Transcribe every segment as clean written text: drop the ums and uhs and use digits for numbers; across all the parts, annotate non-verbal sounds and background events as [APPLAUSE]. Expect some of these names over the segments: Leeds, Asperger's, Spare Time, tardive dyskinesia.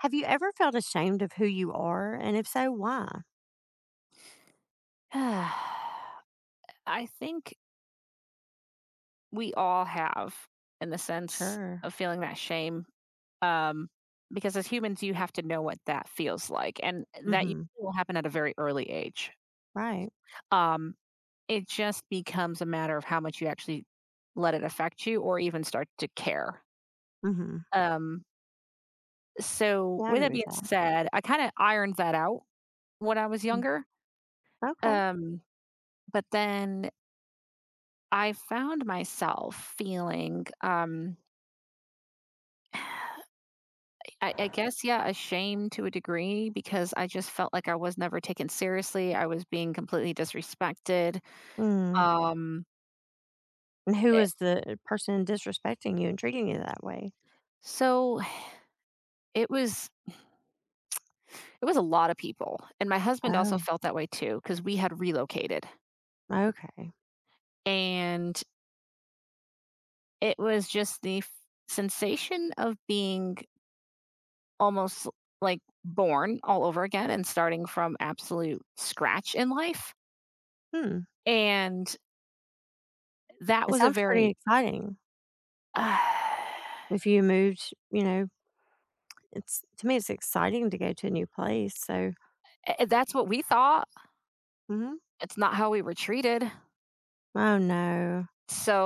Have you ever felt ashamed of who you are, and if so, why? [SIGHS] I think we all have in the sense Sure. of feeling that shame. Um, because as humans, you have to know what that feels like, and that usually Mhm. will happen at a very early age. Right. Um, it just becomes a matter of how much you actually let it affect you or even start to care. Mhm. Um, so, Yeah, I with agree that with being that. said, I kind of ironed that out when I was Mm. younger. Okay. Um, but then I found myself feeling. [SIGHS] I guess, yeah, a shame to a degree because I just felt like I was never taken seriously. I was being completely disrespected. Mm. Um, And who it, was the person disrespecting you and treating you that way? so it was it was a lot of people, and my husband also Oh, felt that way too because we had relocated, okay. and it was just the sensation of being almost like born all over again and starting from absolute scratch in life, Hmm. and that It was a sounds pretty very. exciting. [SIGHS] If you moved, you know, it's to me, it's exciting to go to a new place, so. That's what we thought. Mhm. It's not how we were treated. Oh, no.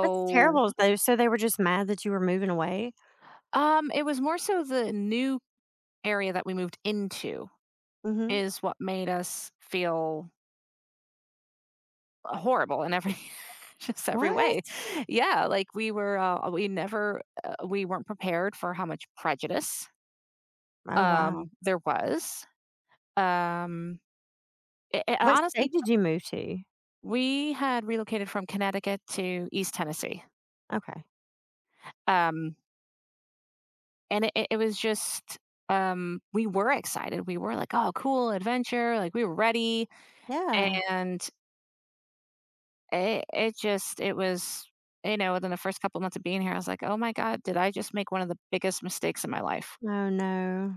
That's terrible, though, so they were just mad that you were moving away? It was more so the new area that we moved into Mhm. is what made us feel horrible in every [LAUGHS] just every way. What? Yeah, like we weren't prepared for how much prejudice Oh, wow. There was. Um What Honestly, state did you move to? we had relocated from Connecticut to East Tennessee. Okay. Um And it was just, We were excited. We were like, "Oh, cool adventure," like, we were ready, Yeah. and it just it was you know, within the first couple months of being here, I was like, "Oh my god, did I just make one of the biggest mistakes in my life?" Oh, no.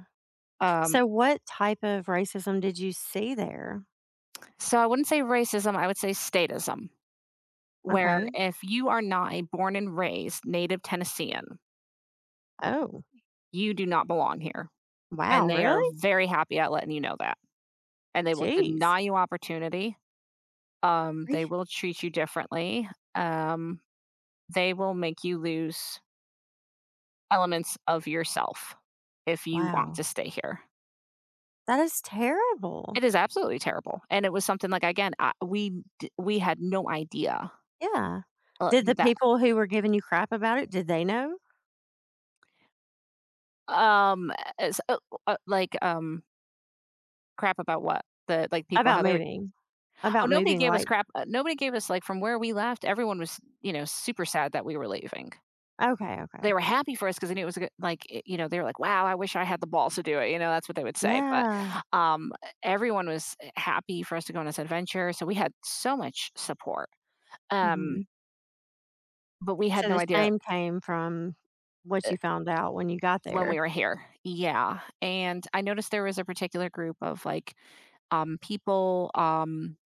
Um, So what type of racism did you see there? so I wouldn't say racism, I would say statism, where Okay. if you are not a born and raised native Tennessean, Oh, you do not belong here, and wow, they are really? very happy at letting you know that, and they will Jeez. deny you opportunity. Re They will treat you differently. Um, they will make you lose elements of yourself if you want wow. to stay here. That is terrible. It is absolutely terrible, and it was something like again, we had no idea Yeah. Did the that. people who were giving you crap about it, did they know? um as- uh, like crap about what the like people About how they were moving, oh, about nobody moving, gave us like crap, nobody gave us like. From where we left, everyone was super sad that we were leaving. okay, They okay. were happy for us because they knew it was a good, you know, they were like, "Wow, I wish I had the balls to do it," you know, that's what they would say, but, Yeah. E everyone was, happy for us to go on this adventure, so we had so much support. um, Mhm. but we had So no the idea, shame came from what eh, you found out when you got when there. we were here. Yeah, and I noticed there was a particular group of, like, people,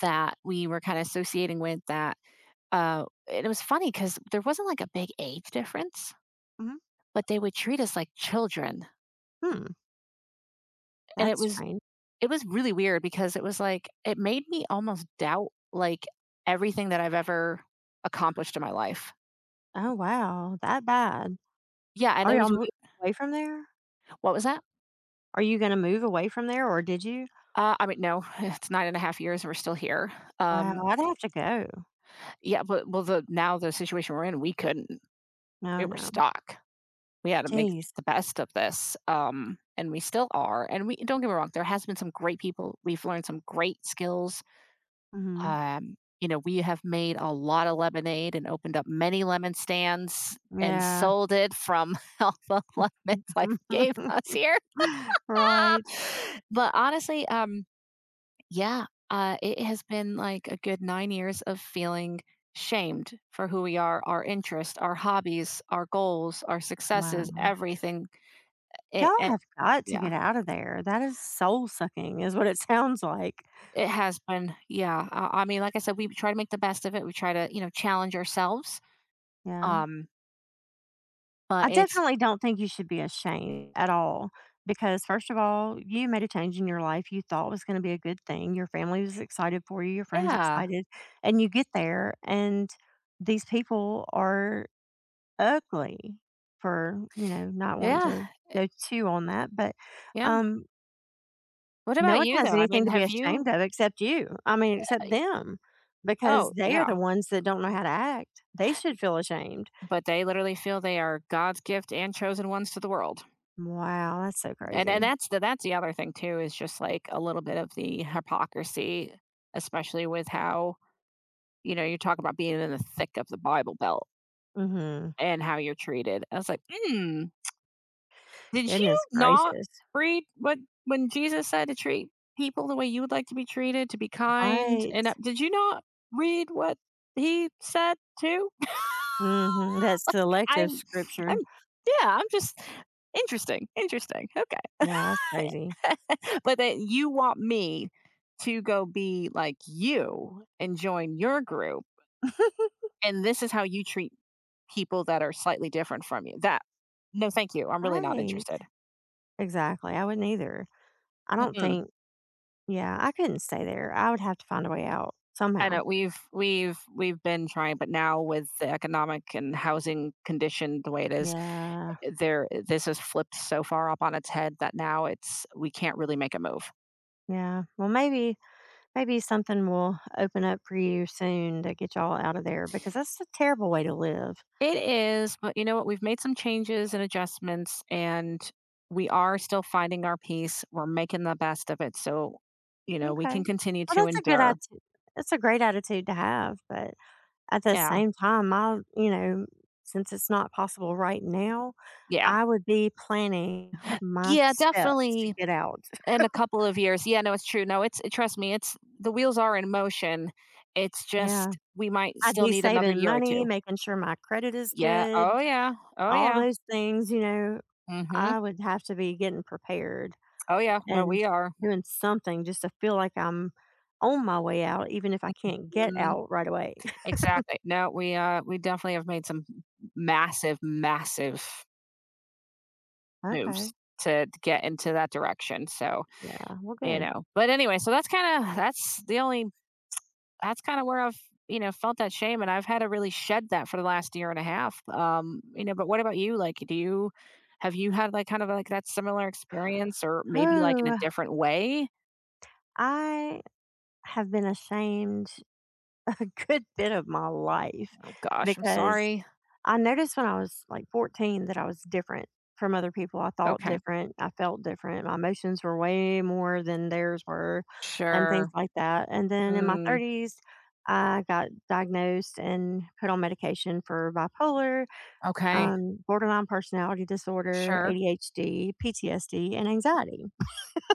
that we were kinda associating with, that, and it was funny because there wasn't, like, a big age difference, Mhm. but they would treat us like children, Hmm, and that's strange. it was really weird because it was like it made me almost doubt, like, everything that I've ever accomplished in my life. Oh, wow, that bad. Yeah, and Are it was y'all w moving away from there? what was that? Are you gonna move away from there, or did you? I mean, no, [LAUGHS] it's 9.5 years and we're still here. Wow, Um, I'd have to go. yeah, but well, the now the situation we're in, we couldn't. No, We were no. stuck. We had to make Jeez. the best of this, and we still are, and we don't get me wrong, there has been some great people. We've learned some great skills. Mhm. We have made a lot of lemonade and opened up many lemon stands and Yeah. sold it from [LAUGHS] all the lemons life gave us [LAUGHS] here. [LAUGHS] Right. But honestly, yeah, it has been like a good 9 years of feeling shamed for who we are, our interests, our hobbies, our goals, our successes, Wow. everything. It, Y'all it, have got to yeah, get out of there. That is soul-sucking is what it sounds like. it has been. Yeah, I mean, like I said, we try to make the best of it. We try to, challenge ourselves. Yeah. Um, but I it's definitely don't think you should be ashamed at all because, first of all, you made a change in your life you thought was gonna be a good thing. Your family was excited for you, your friends Yeah. excited, and you get there, and these people are ugly for, you know, not wanting Yeah. to go too on that, but, Yeah. um, What no about one you, though? has I anything mean, to be have you? ashamed of except you. I mean, except I them, Oh, because they are yeah, the ones that don't know how to act. They should feel ashamed. but they literally feel they are God's gift and chosen ones to the world. Wow, that's so And crazy. that's the other thing too is just, like, a little bit of the hypocrisy, especially with how, you talk about being in the thick of the Bible Belt Mhm. and how you're treated. I was like, hmm. Did you Goodness not gracious. read what when Jesus said to treat people the way you would like to be treated, to be kind? And Right. did you not read what he said too? [LAUGHS] Mhm. That selective I'm, I'm, scripture. yeah, I'm just interesting, interesting. Okay, Yeah, that's crazy. [LAUGHS] but that you want me to go be like you and join your group, [LAUGHS] and this is how you treat people that are slightly different from you. That No, thank you. I'm really not Right. interested. Exactly. I wouldn't either. I don't Mm-mm. think yeah, I couldn't stay there. I would have to find a way out I somehow. know we've been trying, but now with the economic and housing condition the way it is, Yeah. This has flipped so far up on its head that now it's we can't really make a move. Yeah. Well, maybe maybe something will open up for you soon to get y'all out of there because that's a terrible way to live. It is, but you know what? We've made some changes and adjustments, and we are still finding our peace. We're making the best of it, so you know we can Okay. continue Well, to that's a good endure. attitude. That's a great attitude to have, but at the Yeah, same time, I, you know, since it's not possible right now, yeah, I would be planning my yeah, steps to definitely. get out. In a couple of years. Yeah, no, it's true. No, it's trust me, it's the wheels are in motion. It's Yeah. just we might I'd still be need another saving year or money, 2. making sure my credit is Yeah. good, Oh, yeah. Oh, all yeah. those things, you know, Mhm. I would have to be getting prepared, Oh, yeah. No, and we are. doing something just to feel like I'm on my way out, even if I can't get Mhm. out right away. [LAUGHS] Exactly. No, we definitely have made some massive, massive moves Okay. to get into that direction, so, Yeah. Well, you good. know. But anyway, that's kinda that's the only that's kind of where I've felt that shame, and I've had to really shed that for the last year and a half. But what about you? Like, do you have you had like kind of like that similar experience, or maybe like in a Oh, different way? I have been ashamed [LAUGHS] a good bit of my life Oh, gosh, I'm because sorry. I noticed when I was like 14 that I was different from other people. I thought Okay. different. I felt different. My emotions were way more than theirs were and things Sure. like that. And then in my Mm, 30s, I got diagnosed and put on medication for bipolar, okay. Borderline personality disorder, Sure. ADHD, PTSD, and anxiety.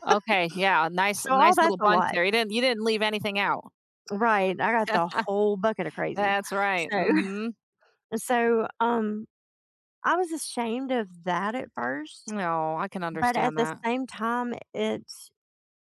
Okay. Yeah. Nice, So all nice little that's a bunch lot, there. You didn't leave anything out. right? I got the whole bucket of [LAUGHS] crazy. That's right. So, Mm-hmm. [LAUGHS] so I was ashamed of that at first, No, I can but at understand the that. same time, it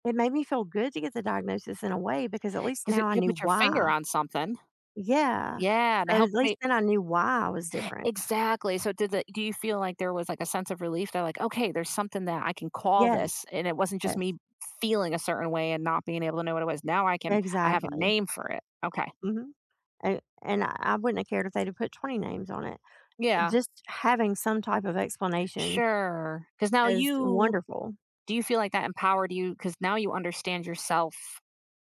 it made me feel good to get the diagnosis in a way because at least Because now you I can knew put your finger why. on something. Yeah. Yeah, and it So at helped least me. then I knew why I was different. Exactly. So did the do you feel like there was like a sense of relief that, like, okay, there's something that I can call Yes. this and it wasn't just me Yes. feeling a certain way and not being able to know what it was. Now I have a Exactly. name for it. Okay. hmm And, and I wouldn't have cared if they'd have put 20 names on it. Yeah. Just having some type of explanation Sure. Cuz now is you wonderful. do you feel like that empowered you, cuz now you understand yourself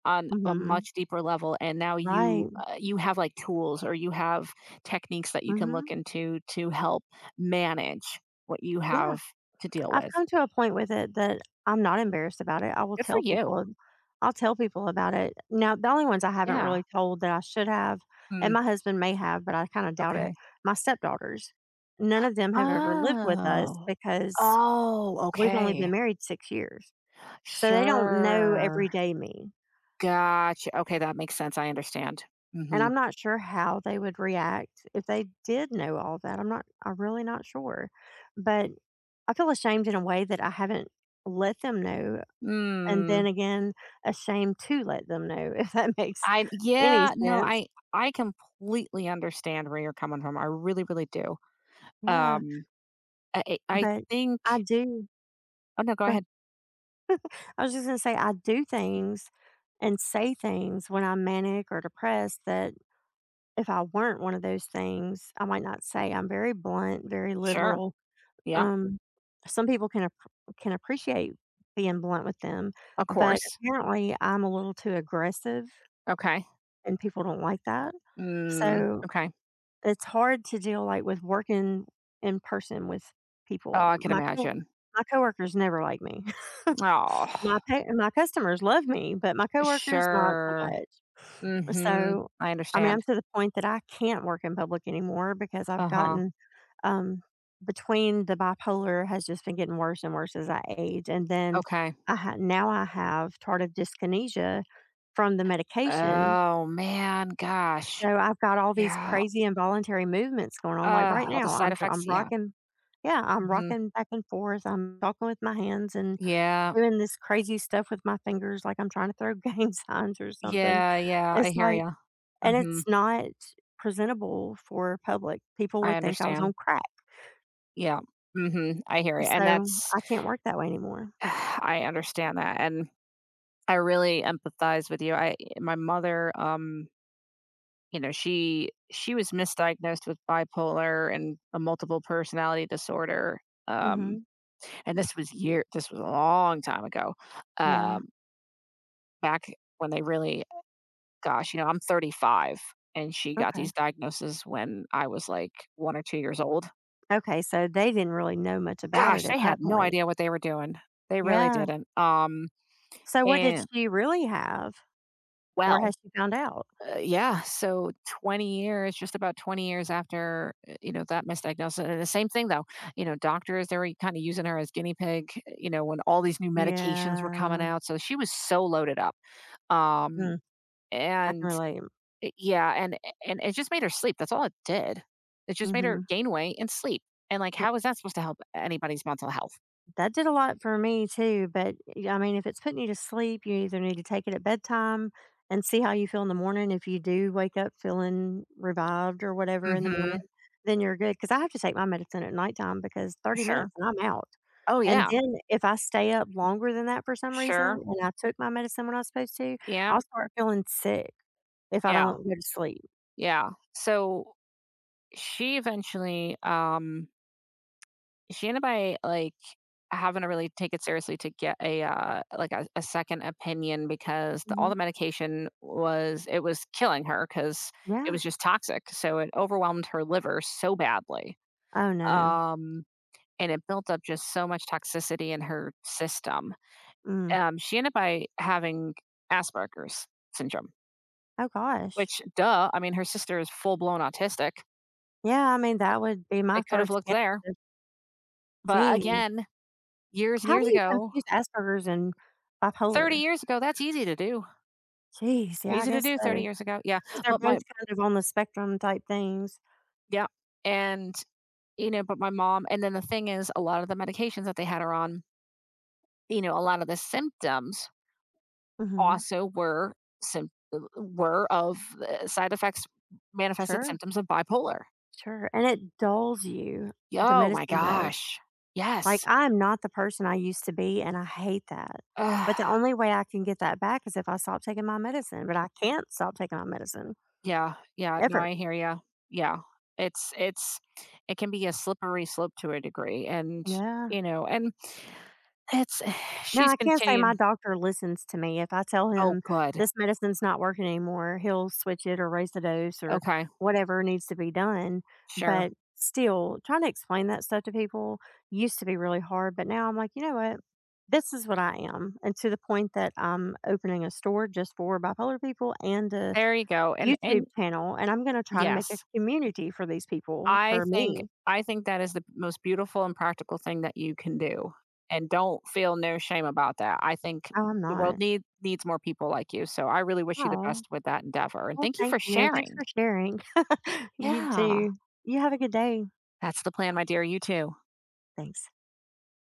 on a Mhm. much deeper level, and now Right. You have like tools, or you have techniques that you can look Mhm. into to help manage what you Yeah. have to deal I've with. come to a point with it that I'm not embarrassed about it. I will Good for tell you. people. I'll tell people about it. Now, the only ones I haven't Yeah. really told that I should have, and Mm, my husband may have, but I kind of doubt it, okay. my stepdaughters. None of them have ever lived with us Oh. because Oh, we've only been okay. married 6 years. So they don't know Sure. everyday me. Gotcha. Okay, that makes sense. I understand. And Mhm. I'm not sure how they would react if they did know all that. I'm really not sure. But I feel ashamed in a way that I haven't let them know, and Mm. then again, ashamed to let them know, [LAUGHS] if that makes I any Yeah, no, sense. I completely understand where you're coming from. I really, really do. Yeah, Um, I but think. I do Oh, no, go go ahead. ahead. I was just gonna say I do things and say things when I'm manic or depressed that if I weren't one of those things, I might not say. I'm very blunt, very Sure. literal. Yeah. Um, some people can appreciate being blunt with them, Of but course. apparently I'm a little too aggressive, Okay. and people don't like that. Mm, So, okay. it's hard to deal, like, with working in person with people. Oh, I can imagine. My coworkers never like me. Oh, My customers love me, but my coworkers, not so sure. much. Mhm. So, I I mean, I'm understand. to the point that I can't work in public anymore because I've Uh-huh. gotten, um between the bipolar has just been getting worse and worse as I age, and then Okay. I ha now I have tardive dyskinesia from the medication, Oh, man, gosh. so I've got all these Yeah. crazy involuntary movements going on, like, right All the now, side I'm i effects. I'm Yeah. rocking yeah, I'm Mhm. rocking back and forth, I'm talking with my hands and Yeah. doing this crazy stuff with my fingers, like I'm trying to throw [LAUGHS] gang signs or something. Yeah, yeah, I It's hear like you. and it's Mhm. not presentable for public. People I would think I was understand. on crack, Yeah. Mhm. I hear ya, and so that's I can't work that way anymore. [SIGHS] I understand that, and I really empathize with you. I My mother, you know, she was misdiagnosed with bipolar and a multiple personality disorder, um, Mhm. and this was year this was a long time ago, Yeah. um, back when they really gosh, you know, I'm 35 and she got Okay. these diagnoses when I was like 1 or 2 years old. Okay, so they didn't really know much about Gosh, it at they had that no point. idea what they were doing. They really Yeah. didn't. So, what did And she really have, or Well, has she found out? Yeah, so 20 years, just about 20 years after, you know, that misdiagnosis. And the same thing though, you know, doctors, they were kind of using her as guinea pig, you know, when all these new medications were coming Yeah. out. So she was so loaded up. Um, Mm, I can and relate. Yeah, and it just made her sleep, that's all it did. It just made her Mhm. gain weight and sleep, and, like, That how is that supposed to help anybody's mental health? did a lot for me too, but, y I mean, if it's putting you to sleep, you either need to take it at bedtime and see how you feel in the morning. If you do wake up feeling revived or whatever in the morning, Mhm. then you're good, good. Because I have to take my medicine at nighttime because 30 Sure. minutes and I'm out. Oh, And yeah. then if I stay up longer than that for some reason, Sure. and I took my medicine when I was supposed to, Yeah. I'll start feeling sick if I Yeah. don't go to sleep. Yeah. So, she eventually, she ended up by, like, having to really take it seriously to get a, like, a second opinion because the all Mhm. the medication was it was killing her because it Yeah. was just toxic, so it overwhelmed her liver so badly. Oh, no. Um and it built up just so much toxicity in her system. Mm. She ended up by having Asperger's syndrome, Oh, gosh. which, duh, I mean, her sister is full blown autistic. Yeah, I mean, that would be They my could have first looked guess there. is, But "Gee, again, years and how do years you ago, confuse Asperger's and 30 bipolar?" years ago, that's easy to do. Jeez, yeah, I Easy to guess do 30 so. Because years ago. Yeah. 'cause they're But both my, kind of on the spectrum type things. yeah. And, you know, but my mom, and then the thing is, a lot of the medications that they had her on, you know, a lot of the symptoms Mhm. also were sym- were of side effects, manifested Sure, symptoms of bipolar. sure, and it dulls you, the Yo, my medicine does. gosh. Like, Yes. I'm not the person I used to be, and I hate that, but the Ugh. only way I can get that back is if I stop taking my medicine, but I can't stop taking my medicine, Yeah. Yeah. No, ever. I hear you. Yeah. It's it's it can be a slippery slope to a degree, and Yeah. you know, and it's [SIGHS] Now, she's I can say continued. my doctor listens to me. If I tell Oh, him good. this medicine's not working anymore, he'll switch it or raise the dose or Okay. whatever needs to be done. Sure. But still, trying to explain that stuff to people used to be really hard. But now I'm like, you know what? This is what I am. And to the point that I'm opening a store just for bipolar people and a There you go. And YouTube and channel. And I'm going to try to make a yes, community for these people, I for think me. I think that is the most beautiful and practical thing that you can do, and don't feel no shame about that. I think Oh, I'm the world not. Needs more people like you, so I really wish you the Oh, best with that endeavor, and well, thank you thank for you, and thanks sharing. for sharing. [LAUGHS] You Yeah, too. You have a good day. that's the plan, my dear, you too. Thanks.